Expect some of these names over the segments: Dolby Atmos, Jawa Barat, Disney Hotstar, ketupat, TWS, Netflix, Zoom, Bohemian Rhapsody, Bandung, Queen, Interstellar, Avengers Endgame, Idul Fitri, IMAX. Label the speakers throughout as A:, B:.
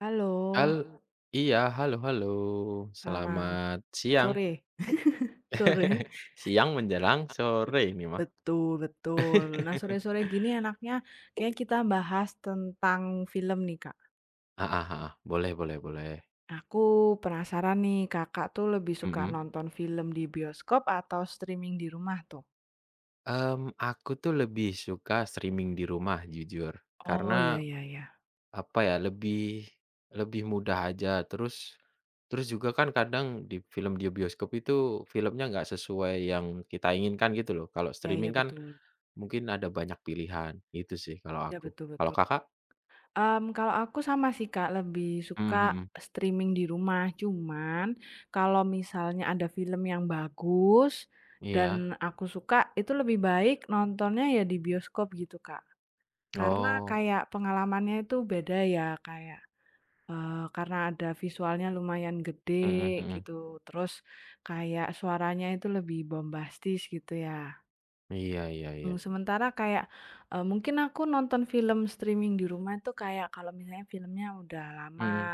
A: Halo.
B: Hal
A: Halo.
B: iya, halo halo,
A: Selamat selamat
B: selamat siang.
A: sore. Sore.
B: Siang menjelang sore ini mah.
A: Betul betul. Nah, sore-sore gini enaknya kayak kita bahas tentang film nih, Kak.
B: Heeh heeh, boleh boleh boleh.
A: Aku penasaran nih, Kakak tuh lebih suka, mhm,
B: Mhm.
A: nonton film di bioskop atau streaming di rumah tuh?
B: Aku tuh lebih suka streaming di rumah jujur,
A: Oh, ya
B: karena
A: ya ya.
B: apa ya, lebih lebih mudah aja, terus terus juga kan kadang di film di bioskop itu filmnya nggak sesuai yang kita inginkan gitu loh, kalau
A: Ya ya,
B: streaming
A: mhm,
B: kan
A: betul.
B: mungkin ada banyak pilihan, itu sih kalau
A: Ya,
B: aku.
A: betul
B: Kalau
A: betul.
B: Kakak?
A: Kalau aku sama sih, Kak, lebih
B: Mhm
A: suka
B: mhm,
A: streaming di rumah. Cuman kalau misalnya ada film yang bagus
B: iya.
A: dan, iya, aku suka, itu lebih baik nontonnya ya di bioskop gitu, Kak. Karena
B: Oh.
A: kayak pengalamannya itu beda ya, kayak, karena ada visualnya lumayan
B: Mhm
A: gede
B: mhm.
A: gitu, terus kayak suaranya itu lebih bombastis gitu ya.
B: Iya iya iya.
A: Sementara kayak, mungkin aku nonton film streaming di rumah itu kayak kalau misalnya filmnya udah lama
B: Mhm.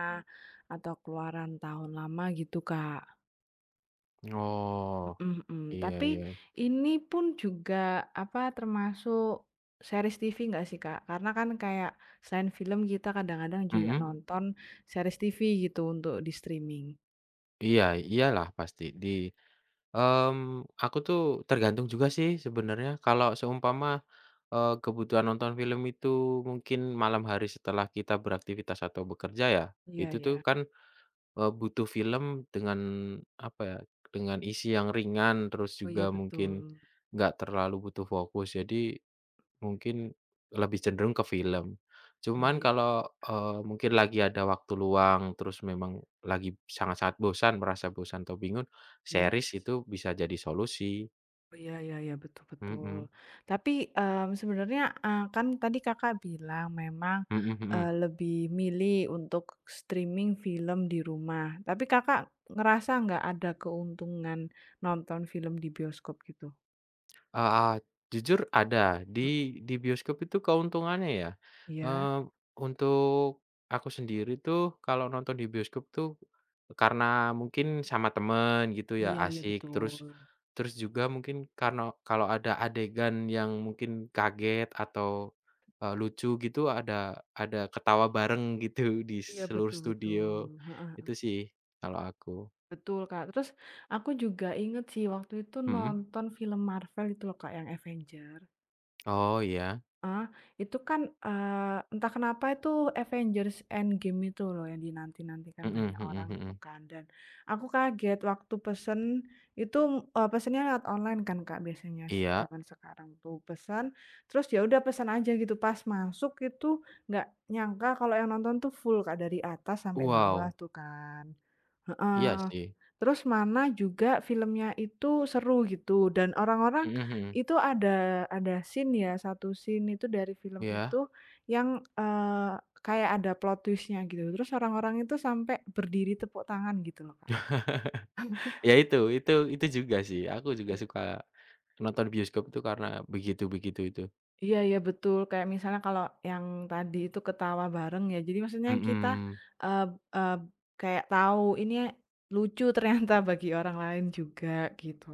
A: atau keluaran tahun lama gitu, Kak.
B: Oh,
A: Mhm mhm.
B: iya
A: Tapi
B: iya.
A: ini pun juga, apa, termasuk series TV nggak sih, Kak? Karena kan kayak selain film kita kadang-kadang juga
B: Mhm.
A: nonton series TV gitu untuk di streaming.
B: Iya iyalah pasti aku tuh tergantung juga sih sebenarnya kalau seumpama, kebutuhan nonton film itu mungkin malam hari setelah kita beraktivitas atau bekerja ya,
A: Iya
B: itu tuh
A: iya.
B: kan, butuh film dengan apa ya, dengan isi yang ringan terus
A: Oh
B: juga
A: iya
B: mungkin
A: betul.
B: nggak terlalu butuh fokus jadi mungkin lebih cenderung ke film.
A: Oh,
B: Cuman
A: iya iya.
B: kalau, mungkin lagi ada waktu luang, terus memang lagi sangat-sangat bosan, merasa bosan atau bingung,
A: Iya?
B: series itu bisa jadi solusi.
A: Oh, iya iya iya, betul betul.
B: Mhm,
A: Tapi, sebenarnya, kan tadi Kakak bilang memang,
B: mhm
A: mhm,
B: mhm.
A: lebih milih untuk streaming film di rumah. Tapi Kakak ngerasa nggak ada keuntungan nonton film di bioskop gitu?
B: Eee, Jujur ada,
A: Mmm.
B: di di bioskop itu keuntungannya ya,
A: Iya?
B: eee, untuk aku sendiri tuh kalau nonton di bioskop tuh karena mungkin sama temen gitu ya
A: Iya iya,
B: asik,
A: betul.
B: terus terus juga mungkin karena kalau ada adegan yang mungkin kaget atau, lucu gitu ada ketawa bareng gitu di
A: Iya,
B: seluruh
A: betul betul.
B: studio,
A: Heeh
B: itu
A: heeh.
B: sih kalau aku.
A: Betul, Kak. Terus aku juga inget sih waktu itu
B: Mhm.
A: nonton film Marvel itu loh, Kak, yang Avenger.
B: Oh iya.
A: Ah, itu kan, entah kenapa itu Avengers Endgame itu loh yang dinanti-nantikan
B: Mhm
A: banyak orang
B: mhm
A: gitu
B: mhm.
A: kan dan aku kaget waktu pesen itu, pesennya lewat online kan Kak, biasanya
B: Iya.
A: zaman sekarang tuh pesan, terus ya udah pesan aja gitu. Pas masuk itu nggak nyangka kalau yang nonton tuh full Kak dari atas sampai bawah
B: Wow.
A: tuh kan.
B: Iya
A: Heeh.
B: sih.
A: Terus mana juga filmnya itu seru gitu dan orang-orang
B: Mhm mhm.
A: itu ada scene ya, satu scene itu dari film
B: Iya?
A: itu yang, eee, kayak ada plot twist-nya gitu. Terus orang-orang itu sampai berdiri tepuk tangan gitu loh, Kak.
B: Ya itu juga sih, aku juga
A: Mmm.
B: suka nonton bioskop itu karena begitu-begitu itu.
A: Iya iya betul, kayak misalnya kalau yang tadi itu ketawa bareng ya, jadi maksudnya kita,
B: Mhm,
A: eee eee, kayak tahu ini lucu ternyata bagi orang lain juga gitu.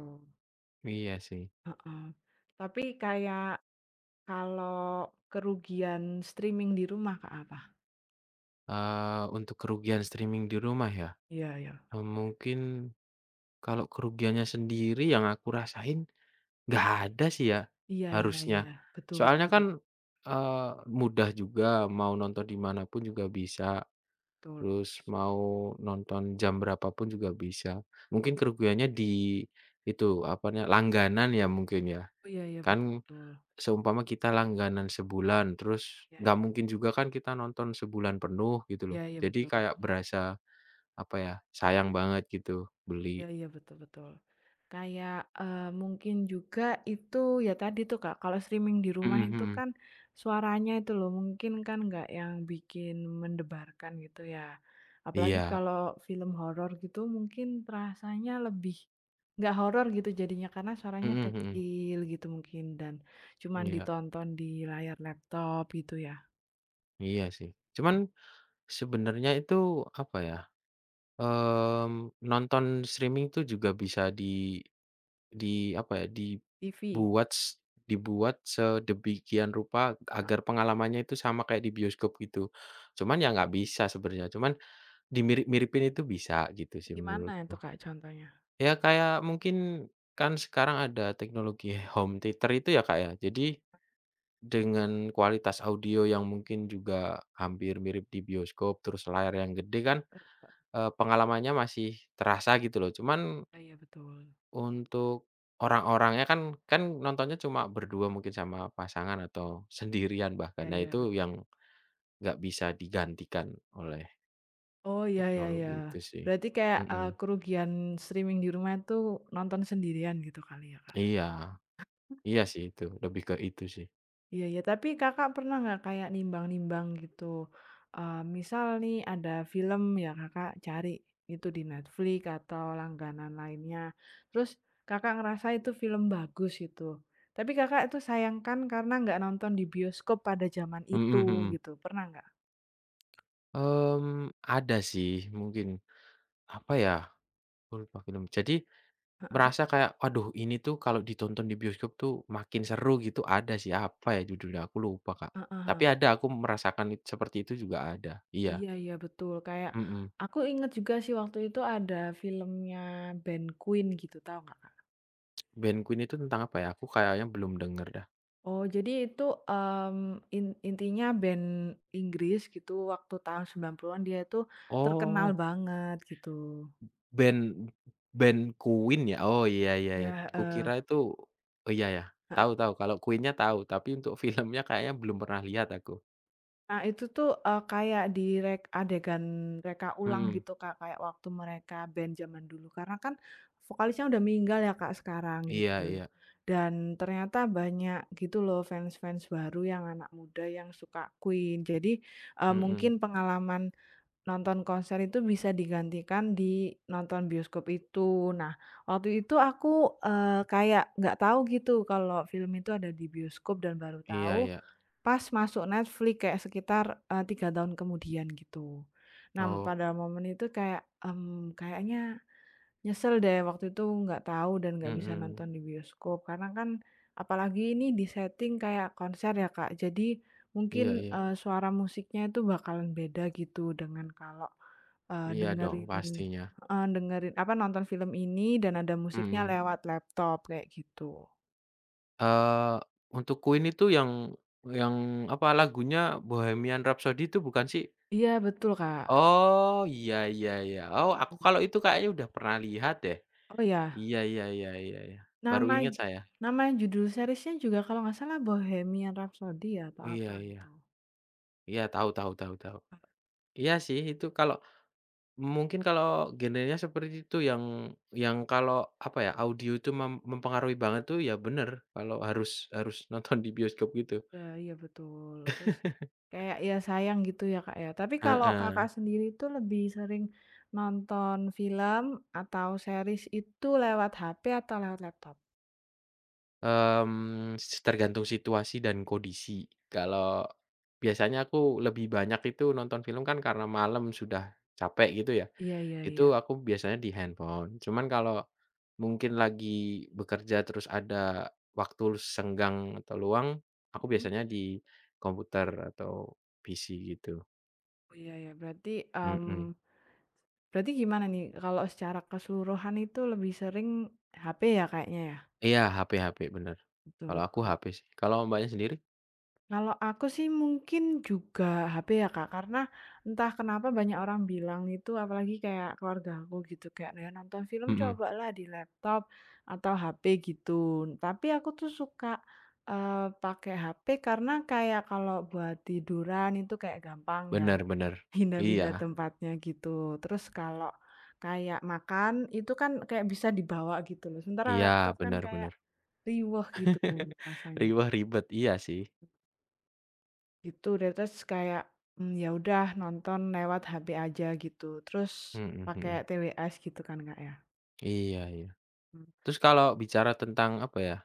B: iya sih.
A: Heeh. Tapi kayak kalau kerugian streaming di rumah, Kak, apa?
B: Untuk kerugian streaming di rumah ya,
A: Iya iya.
B: mungkin kalau kerugiannya sendiri yang aku rasain nggak ada sih ya,
A: Iya iya iya,
B: harusnya.
A: betul
B: Soalnya kan, mudah juga mau nonton di mana pun juga bisa.
A: betul
B: Terus mau nonton jam berapapun juga bisa.
A: betul betul.
B: Mungkin kerugiannya di itu, apa langganan ya mungkin ya.
A: Iya iya, betul
B: Kan
A: betul.
B: seumpama kita langganan sebulan, terus
A: Iya
B: nggak mungkin juga kan kita nonton sebulan penuh gitu loh.
A: iya iya, betul
B: Jadi
A: betul.
B: kayak berasa, apa ya, sayang banget gitu
A: Iya
B: beli.
A: iya, betul betul. Kayak, mungkin juga itu ya tadi tuh Kak, kalau streaming di
B: Mhm
A: rumah itu
B: mhm.
A: kan suaranya itu loh mungkin kan nggak yang bikin mendebarkan gitu ya. Apalagi, iya,
B: Iya.
A: kalau film horor gitu mungkin rasanya lebih nggak horor gitu jadinya karena suaranya, mhm,
B: Mhm mhm.
A: kecil gitu mungkin dan cuman
B: Iya.
A: ditonton di layar laptop gitu ya,
B: Iya sih. Cuman sebenarnya itu, apa ya, nonton streaming tuh juga bisa di apa ya,
A: TV.
B: dibuat dibuat sedemikian rupa agar pengalamannya itu sama kayak di bioskop gitu. Cuman ya nggak bisa sebenarnya, cuman dimirip-miripin itu bisa gitu sih
A: Gimana
B: menurutku.
A: itu Kak contohnya?
B: Ya kayak mungkin kan sekarang ada teknologi home theater itu ya, Kak, ya. Jadi dengan kualitas audio yang mungkin juga hampir mirip di bioskop, terus layar yang gede kan, pengalamannya masih terasa gitu loh. Cuman
A: Ya, iya betul.
B: untuk orang-orangnya kan kan nontonnya cuma berdua mungkin sama pasangan atau sendirian bahkan.
A: Iya
B: Nah
A: iya.
B: itu yang nggak bisa digantikan oleh
A: Oh, ya ya ya.
B: teknologi itu sih.
A: Berarti kayak,
B: Mhm,
A: kerugian streaming di rumah itu nonton sendirian gitu kali ya, Kak?
B: iya iya sih itu, lebih ke itu sih.
A: Iya ya, tapi Kakak pernah nggak kayak nimbang-nimbang gitu, misal nih ada film ya Kakak cari itu di Netflix atau langganan lainnya, terus Kakak ngerasa itu film bagus gitu, tapi Kakak itu sayangkan karena nggak nonton di bioskop pada zaman
B: Mhm
A: itu
B: mhm.
A: gitu, pernah nggak?
B: Ada sih mungkin, apa ya, aku lupa film. Jadi
A: Heeh,
B: merasa kayak, "Waduh ini tuh kalau ditonton di bioskop tuh makin seru," gitu ada sih, apa ya judulnya aku lupa Kak.
A: heeh
B: Tapi
A: heeh.
B: ada aku merasakan seperti itu juga ada, iya,
A: Iya iya betul, kayak
B: mhm.
A: aku inget juga sih waktu itu ada filmnya band Queen gitu, tau nggak?
B: Band Queen itu tentang apa ya? Aku kayaknya belum denger dah.
A: Oh, jadi itu, mmm, intinya band Inggris gitu waktu tahun 90-an dia itu terkenal
B: Oh,
A: banget gitu.
B: band band Queen ya? Oh, iya iya
A: Ya,
B: iya.
A: heeh.
B: Kukira itu oh, iya ya, tahu tahu, kalau Queen-nya tahu, tapi untuk filmnya kayaknya belum pernah lihat aku.
A: Nah, itu tuh, kayak di rek adegan reka ulang
B: Mhm,
A: gitu, Kak, kayak waktu mereka band zaman dulu. Karena kan vokalisnya udah meninggal ya, Kak, sekarang
B: iya
A: gitu.
B: iya,
A: Iya. Dan ternyata banyak gitu loh fans-fans baru yang anak muda yang suka Queen. Jadi, mungkin
B: mhm,
A: pengalaman nonton konser itu bisa digantikan di nonton bioskop itu. Nah, waktu itu aku, kayak nggak tahu gitu kalau film itu ada di bioskop dan baru
B: iya
A: tahu
B: iya.
A: pas masuk Netflix kayak sekitar, 3 tahun kemudian gitu. Nah,
B: Oh,
A: pada momen itu kayak, kayaknya nyesel deh waktu itu nggak tahu dan nggak bisa
B: mhm,
A: nonton di bioskop karena kan apalagi ini di-setting kayak konser ya, Kak. Jadi
B: iya
A: mungkin,
B: iya.
A: mhm, suara musiknya itu bakalan beda gitu dengan kalau, mhm,
B: Iya dong,
A: dengerin
B: pastinya,
A: pastinya. Dengerin apa, nonton film ini dan ada musiknya, mhm,
B: mhm.
A: lewat laptop kayak gitu.
B: Eee, untuk Queen itu yang apa, lagunya Bohemian Rhapsody itu bukan sih?
A: Iya betul, Kak.
B: Oh, iya iya iya. Oh, aku kalau itu kayaknya udah pernah lihat deh.
A: Oh, ya?
B: Iya iya iya iya iya. Baru
A: Nama
B: inget
A: kalau
B: saya.
A: nama judul seriesnya juga kalau nggak salah Bohemian Rhapsody ya atau
B: Oh,
A: apa
B: iya
A: gitu.
B: iya. Iya, tahu tahu tahu tahu. Iya sih itu kalau mungkin kalau genrenya seperti itu yang kalau apa ya, audio itu mempengaruhi banget tuh ya bener, kalau harus harus nonton di bioskop gitu.
A: Ya iya betul. Terus kayak ya sayang gitu ya, Kak, ya. Tapi kalau Kakak
B: Heeh.
A: sendiri itu lebih sering nonton film atau series itu lewat HP atau lewat laptop?
B: Mmm, s Tergantung situasi dan kondisi. Kalau biasanya aku lebih banyak itu nonton film kan karena malam sudah capek gitu ya.
A: Iya iya iya.
B: Itu aku biasanya di handphone, cuman kalau mungkin lagi bekerja terus ada waktu senggang atau luang, aku
A: Mhm.
B: biasanya di komputer atau PC gitu,
A: Oh, iya iya berarti,
B: mhm.
A: mmm, berarti gimana nih kalau secara keseluruhan itu lebih sering HP ya kayaknya ya?
B: Iya, HP HP, bener.
A: Betul
B: Kalau aku
A: betul.
B: HP sih, kalau Mbaknya sendiri?
A: Kalau aku sih mungkin juga HP ya Kak, karena entah kenapa banyak orang bilang itu apalagi kayak keluarga aku gitu kayak, "Nah, nonton film
B: Mhm,
A: cobalah di laptop atau HP gitu." Tapi aku tuh suka, eh, pakai HP karena kayak kalau buat tiduran itu kayak gampang ya,
B: bener bener.
A: pindah-pindah
B: Iya
A: tempatnya gitu. Terus kalau kayak makan itu kan kayak bisa dibawa gitu loh. Sementara
B: iya,
A: laptop kan
B: bener
A: kayak
B: bener.
A: riweh gitu rasanya.
B: Riwah ribet, iya sih.
A: Gitu deh, terus kayak, ya udah nonton lewat HP aja gitu, terus
B: Mhm
A: pakai
B: mhm.
A: TWS gitu kan, Kak, ya?
B: Iya iya.
A: Mmm,
B: Terus kalau bicara tentang apa ya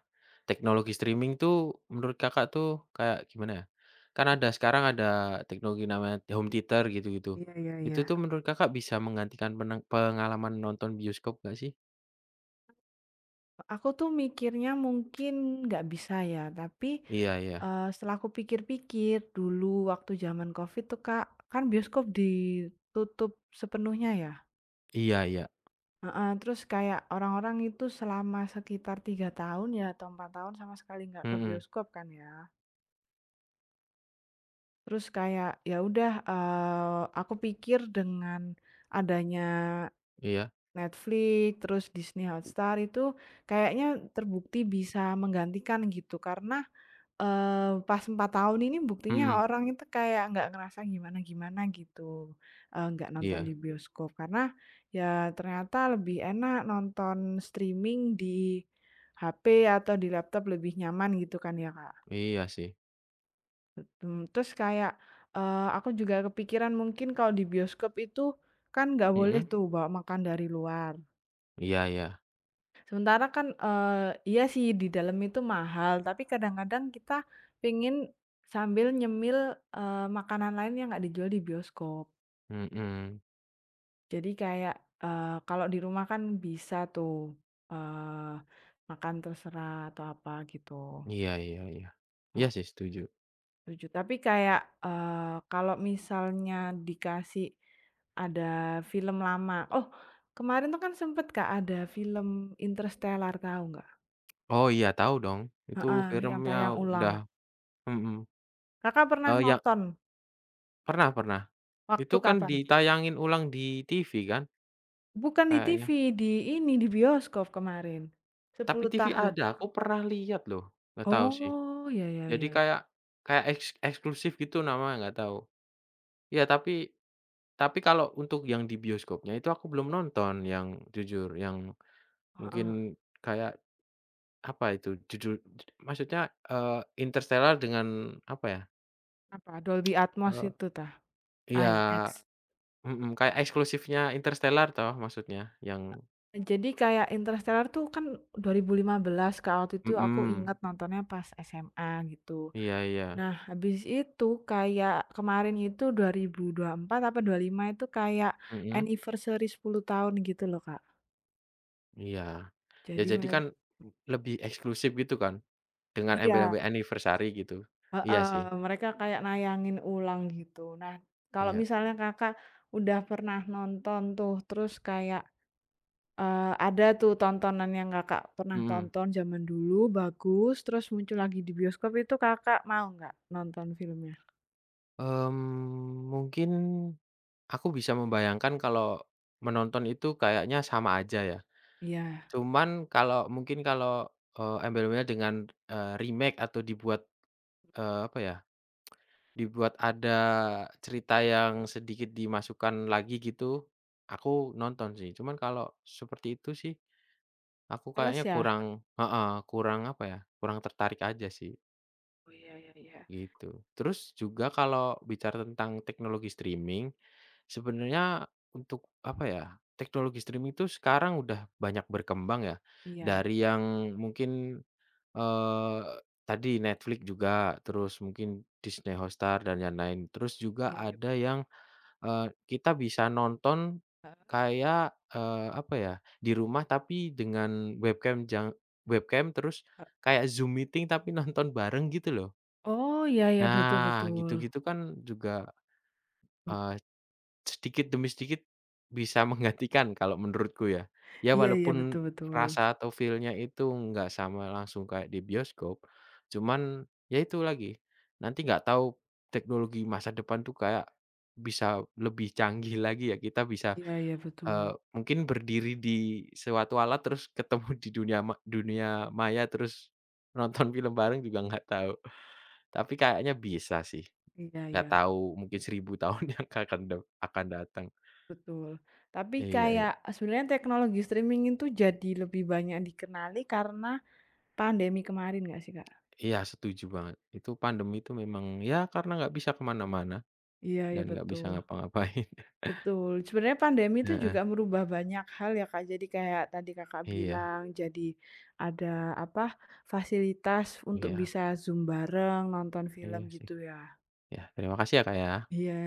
B: teknologi streaming tuh menurut Kakak tuh kayak gimana ya, kan sekarang ada teknologi namanya home theater gitu-gitu.
A: iya iya iya.
B: Itu tuh menurut Kakak bisa menggantikan pengalaman nonton bioskop gak sih?
A: Aku tuh mikirnya mungkin nggak bisa ya, tapi,
B: Iya iya.
A: setelah aku pikir-pikir dulu waktu zaman Covid tuh, Kak, kan bioskop ditutup sepenuhnya ya,
B: Iya iya.
A: heeh, terus kayak orang-orang itu selama sekitar 3 tahun ya atau 4 tahun sama sekali nggak ke
B: Mhm,
A: bioskop kan ya. Terus kayak, ya udah, aku pikir dengan adanya
B: iya.
A: Netflix, terus Disney Hotstar itu kayaknya terbukti bisa menggantikan gitu. Karena, pas 4 tahun ini buktinya
B: Mhm,
A: orang itu kayak nggak ngerasa gimana-gimana gitu, nggak nonton
B: iya.
A: di, iya, bioskop. Karena ya ternyata lebih enak nonton streaming di HP atau di laptop lebih nyaman gitu kan ya, Kak.
B: Iya sih.
A: Terus kayak, aku juga kepikiran mungkin kalau di bioskop itu kan nggak boleh
B: Mhm,
A: tuh bawa makan dari luar.
B: iya iya.
A: Sementara kan, iya sih di dalam itu mahal, tapi kadang-kadang kita pengen sambil nyemil, makanan lain yang nggak dijual di bioskop.
B: Mhm,
A: Jadi kayak, kalau di rumah kan bisa tuh, eee, makan terserah atau apa gitu.
B: iya iya iya. Iya sih setuju.
A: Setuju, tapi kayak, kalau misalnya dikasih ada film lama, oh, kemarin tuh kan sempet Kak, ada film Interstellar tahu nggak?
B: Oh iya tahu dong, itu
A: Heeh, yang
B: filmnya
A: tayang ulang.
B: udah mhm,
A: Kakak pernah
B: yang
A: nonton?
B: pernah pernah.
A: Waktu
B: Itu kan
A: kapan?
B: ditayangin ulang di TV kan
A: Bukan di TV,
B: kayaknya?
A: di ini, di bioskop kemarin.
B: Tapi
A: sepuluh
B: TV
A: tahun.
B: ada, aku pernah lihat loh, nggak tahu sih.
A: Oh, ya ya
B: Jadi
A: ya.
B: kayak kayak eksklusif gitu namanya, nggak tahu. Iya, tapi kalau untuk yang di bioskopnya itu aku belum nonton yang jujur, yang
A: Ya. Heeh.
B: mungkin kayak apa itu, judul maksudnya, Interstellar dengan apa ya,
A: Apa, Dolby Atmos
B: eee
A: itu tah? IMAX.
B: iya, mhm, kayak eksklusifnya Interstellar toh maksudnya, yang
A: Jadi kayak Interstellar tuh kan 2015 Kak, waktu itu aku, mhm,
B: mhm,
A: inget nontonnya pas SMA gitu.
B: iya iya,
A: Nah habis itu kayak kemarin itu 2024 apa 25 itu kayak
B: mhm,
A: anniversary 10 tahun gitu loh Kak.
B: iya. Ya
A: Jadi
B: jadi
A: mereka,
B: kan lebih eksklusif gitu kan. Dengan
A: iya,
B: embel-embel anniversary gitu. Iya
A: heeh,
B: sih,
A: mereka kayak nayangin ulang gitu. Nah kalau
B: iya,
A: misalnya Kakak udah pernah nonton tuh terus kayak, ada tuh tontonan yang Kakak pernah
B: mhm,
A: tonton zaman dulu bagus, terus muncul lagi di bioskop itu Kakak mau nggak nonton filmnya?
B: mungkin aku bisa membayangkan kalau menonton itu kayaknya sama aja ya.
A: Iya,
B: Cuman kalau mungkin kalau, embel-embelnya dengan, remake atau dibuat, apa ya, dibuat ada cerita yang sedikit dimasukkan lagi gitu, aku nonton sih. Cuman kalau seperti itu sih, aku
A: males
B: kayaknya
A: ya?
B: kurang heeh, kurang apa ya, kurang tertarik aja sih.
A: Oh iya iya iya.
B: Gitu. Terus juga kalau bicara tentang teknologi streaming, sebenarnya untuk apa ya, teknologi streaming itu sekarang udah banyak berkembang ya.
A: Iya.
B: Dari yang mungkin, eee, tadi Netflix juga, terus mungkin Disney Hotstar dan yang lain terus juga
A: Iya iya,
B: ada yang, kita bisa nonton
A: heeh.
B: kayak, apa ya, di rumah tapi dengan webcam webcam terus kayak Zoom meeting tapi nonton bareng gitu loh.
A: Oh, iya iya, betul
B: Nah,
A: betul.
B: gitu-gitu kan juga,
A: M
B: eee, sedikit demi sedikit bisa menggantikan kalau menurutku ya. Ya
A: iya iya, betul
B: walaupun
A: betul.
B: rasa atau feel-nya itu nggak sama langsung kayak di bioskop, cuman ya itu lagi, nanti nggak tahu teknologi masa depan tuh kayak bisa lebih canggih lagi ya, kita bisa,
A: Iya iya, betul.
B: mungkin berdiri di suatu alat terus ketemu di dunia dunia maya, terus nonton film bareng juga nggak tahu, tapi kayaknya bisa sih.
A: Iya
B: Nggak
A: iya,
B: tahu mungkin 1.000 tahun yang akan datang.
A: betul. Tapi
B: Iya iya
A: kayak sebenarnya teknologi streaming itu jadi lebih banyak dikenali karena pandemi kemarin nggak sih, Kak?
B: iya setuju banget. Itu pandemi itu memang ya karena nggak bisa kemana mana-mana
A: Iya
B: dan
A: iya,
B: nggak bisa
A: betul.
B: ngapa-ngapain.
A: Betul, sebenarnya pandemi itu
B: Heeh,
A: juga merubah banyak hal ya Kak, jadi kayak tadi Kakak
B: iya
A: bilang, jadi ada apa, fasilitas untuk
B: iya
A: bisa Zoom bareng, nonton film
B: iya sih.
A: gitu ya?
B: Ya terima kasih ya, Kak, ya.
A: Iya.